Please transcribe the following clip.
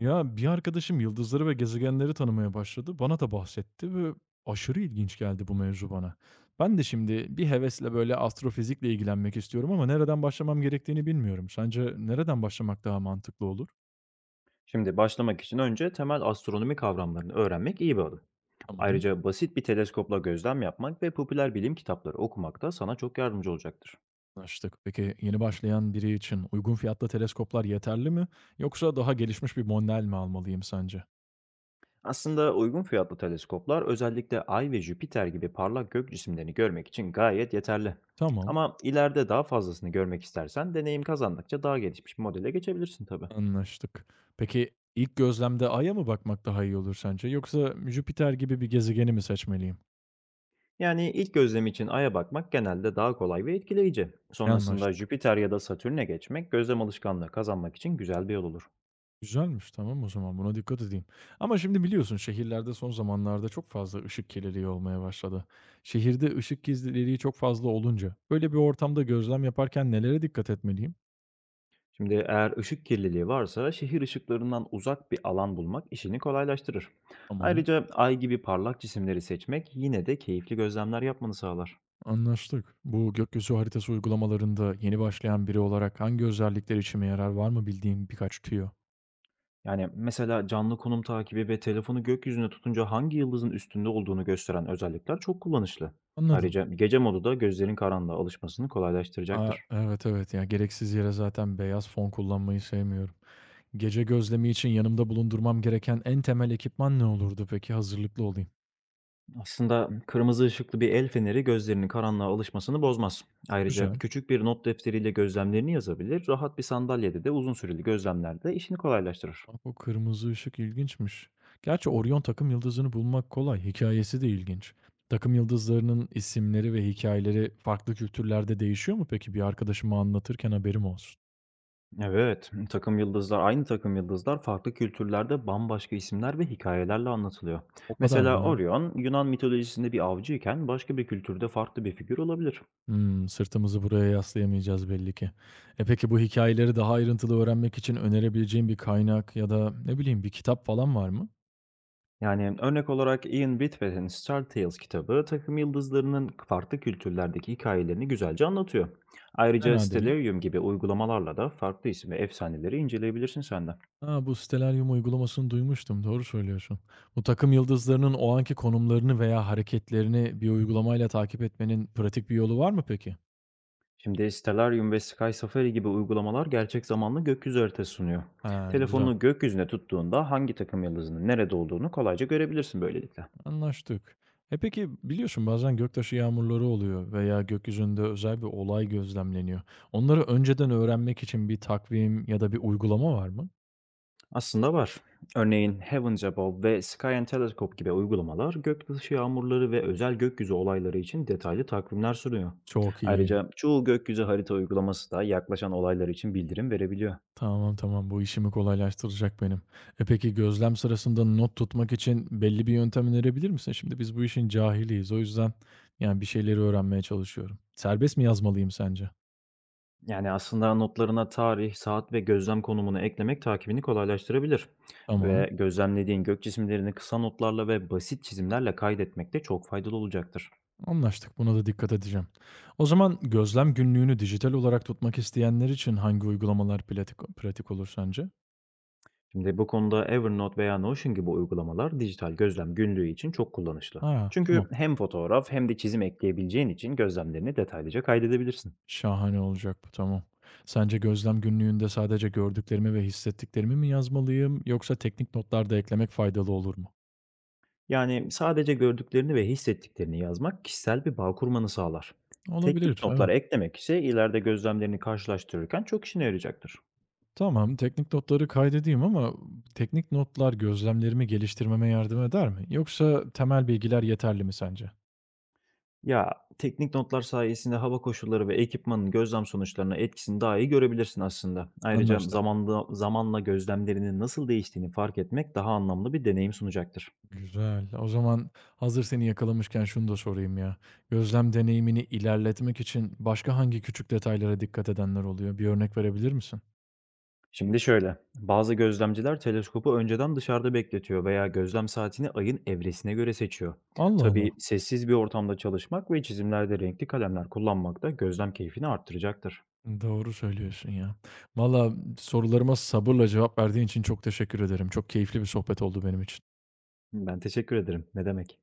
Ya, bir arkadaşım yıldızları ve gezegenleri tanımaya başladı. Bana da bahsetti ve aşırı ilginç geldi bu mevzu bana. Ben de şimdi bir hevesle böyle astrofizikle ilgilenmek istiyorum ama nereden başlamam gerektiğini bilmiyorum. Sence nereden başlamak daha mantıklı olur? Şimdi başlamak için önce temel astronomi kavramlarını öğrenmek iyi bir adım. Tamam, Ayrıca basit bir teleskopla gözlem yapmak ve popüler bilim kitapları okumak da sana çok yardımcı olacaktır. anlaştık. Peki yeni başlayan biri için uygun fiyatlı teleskoplar yeterli mi? Yoksa daha gelişmiş bir model mi almalıyım sence? Aslında uygun fiyatlı teleskoplar, özellikle Ay ve Jüpiter gibi parlak gök cisimlerini görmek için gayet yeterli. Tamam, Ama ileride daha fazlasını görmek istersen, deneyim kazandıkça daha gelişmiş bir modele geçebilirsin tabii. anlaştık. Peki ilk gözlemde Ay'a mı bakmak daha iyi olur sence? Yoksa Jüpiter gibi bir gezegeni mi seçmeliyim? Yani ilk gözlem için Ay'a bakmak genelde daha kolay ve etkileyici. Sonrasında Anlaştık. Jüpiter ya da Satürn'e geçmek, gözlem alışkanlığı kazanmak için güzel bir yol olur. Güzelmiş. Tamam, o zaman buna dikkat edeyim. Ama şimdi biliyorsun şehirlerde son zamanlarda çok fazla ışık kirliliği olmaya başladı. Şehirde ışık kirliliği çok fazla olunca böyle bir ortamda gözlem yaparken nelere dikkat etmeliyim? Şimdi, eğer ışık kirliliği varsa, şehir ışıklarından uzak bir alan bulmak işini kolaylaştırır. Tamam. Ayrıca ay gibi parlak cisimleri seçmek yine de keyifli gözlemler yapmanı sağlar. Anlaştık. Bu gökyüzü haritası uygulamalarında yeni başlayan biri olarak hangi özellikler içime yarar, var mı bildiğim birkaç tüyo? Yani mesela canlı konum takibi ve telefonu gökyüzüne tutunca hangi yıldızın üstünde olduğunu gösteren özellikler çok kullanışlı. Anladım. Ayrıca gece modu da gözlerin karanlığa alışmasını Aa, kolaylaştıracaktır. evet evet ya, gereksiz yere zaten beyaz fon kullanmayı sevmiyorum. Gece gözlemi için yanımda bulundurmam gereken en temel ekipman ne olurdu peki? Hazırlıklı olayım. Aslında kırmızı ışıklı bir el feneri, gözlerinin karanlığa alışmasını bozmaz. Ayrıca Güzel. küçük bir not defteriyle gözlemlerini yazabilir, rahat bir sandalyede de uzun süreli gözlemlerde işini kolaylaştırır. Bak, o kırmızı ışık ilginçmiş. Gerçi Orion takım yıldızını bulmak kolay. Hikayesi de ilginç. Takım yıldızlarının isimleri ve hikayeleri farklı kültürlerde değişiyor mu peki? Bir arkadaşıma anlatırken haberim olsun. Evet, takım yıldızlar, aynı takım yıldızlar farklı kültürlerde bambaşka isimler ve hikayelerle anlatılıyor. O kadar mı Mesela ya? Orion, Yunan mitolojisinde bir avcıyken, başka bir kültürde farklı bir figür olabilir. Hmm, sırtımızı buraya yaslayamayacağız belli ki. E peki bu hikayeleri daha ayrıntılı öğrenmek için önerebileceğim bir kaynak ya da ne bileyim bir kitap falan var mı? Yani örnek olarak, Ian Whitwerth'in Star Tales kitabı takım yıldızlarının farklı kültürlerdeki hikayelerini güzelce anlatıyor. Ayrıca Fena değil. Stellarium gibi uygulamalarla da farklı isim ve efsaneleri inceleyebilirsin sen de. Ha, bu Stellarium uygulamasını duymuştum. Doğru söylüyorsun. Bu takım yıldızlarının o anki konumlarını veya hareketlerini bir uygulamayla takip etmenin pratik bir yolu var mı peki? Şimdi Stellarium ve Sky Safari gibi uygulamalar gerçek zamanlı gökyüzü haritası sunuyor. Ha, güzel. Telefonunu gökyüzüne tuttuğunda hangi takım yıldızının nerede olduğunu kolayca görebilirsin böylelikle. Anlaştık. E peki biliyorsun bazen göktaşı yağmurları oluyor veya gökyüzünde özel bir olay gözlemleniyor. Onları önceden öğrenmek için bir takvim ya da bir uygulama var mı? Aslında var. Örneğin Heavens Above ve Sky and Telescope gibi uygulamalar, göktaşı yağmurları ve özel gökyüzü olayları için detaylı takvimler sunuyor. Çok iyi. Ayrıca çoğu gökyüzü harita uygulaması da yaklaşan olaylar için bildirim verebiliyor. Tamam, tamam. Bu işimi kolaylaştıracak benim. E, peki gözlem sırasında not tutmak için belli bir yöntem önerebilir misin? Şimdi biz bu işin cahiliyiz. O yüzden, yani, bir şeyleri öğrenmeye çalışıyorum. Serbest mi yazmalıyım sence? Yani aslında, notlarına tarih, saat ve gözlem konumunu eklemek takibini kolaylaştırabilir. Tamam, Ve gözlemlediğin gök cisimlerini kısa notlarla ve basit çizimlerle kaydetmek de çok faydalı olacaktır. anlaştık. Buna da dikkat edeceğim. O zaman gözlem günlüğünü dijital olarak tutmak isteyenler için hangi uygulamalar pratik olur sence? Şimdi bu konuda Evernote veya Notion gibi uygulamalar dijital gözlem günlüğü için çok kullanışlı. Ha, Çünkü tamam. hem fotoğraf hem de çizim ekleyebileceğin için gözlemlerini detaylıca kaydedebilirsin. Şahane olacak bu, tamam. Sence gözlem günlüğünde sadece gördüklerimi ve hissettiklerimi mi yazmalıyım, yoksa teknik notlar da eklemek faydalı olur mu? Yani sadece gördüklerini ve hissettiklerini yazmak kişisel bir bağ kurmanı sağlar. Teknik Olabilir, notlar evet. eklemek ise ileride gözlemlerini karşılaştırırken çok işine yarayacaktır. Tamam, teknik notları kaydedeyim ama teknik notlar gözlemlerimi geliştirmeme yardım eder mi? Yoksa temel bilgiler yeterli mi sence? Ya, teknik notlar sayesinde hava koşulları ve ekipmanın gözlem sonuçlarına etkisini daha iyi görebilirsin aslında. Ayrıca Anlaştık. zamanla gözlemlerinin nasıl değiştiğini fark etmek daha anlamlı bir deneyim sunacaktır. Güzel. O zaman hazır seni yakalamışken şunu da sorayım ya. Gözlem deneyimini ilerletmek için başka hangi küçük detaylara dikkat edenler oluyor? Bir örnek verebilir misin? Şimdi şöyle, bazı gözlemciler teleskopu önceden dışarıda bekletiyor veya gözlem saatini ayın evresine göre seçiyor. Allah Allah. Tabii sessiz bir ortamda çalışmak ve çizimlerde renkli kalemler kullanmak da gözlem keyfini arttıracaktır. Doğru söylüyorsun ya. Valla, sorularıma sabırla cevap verdiğin için çok teşekkür ederim. Çok keyifli bir sohbet oldu benim için. Ben teşekkür ederim. Ne demek?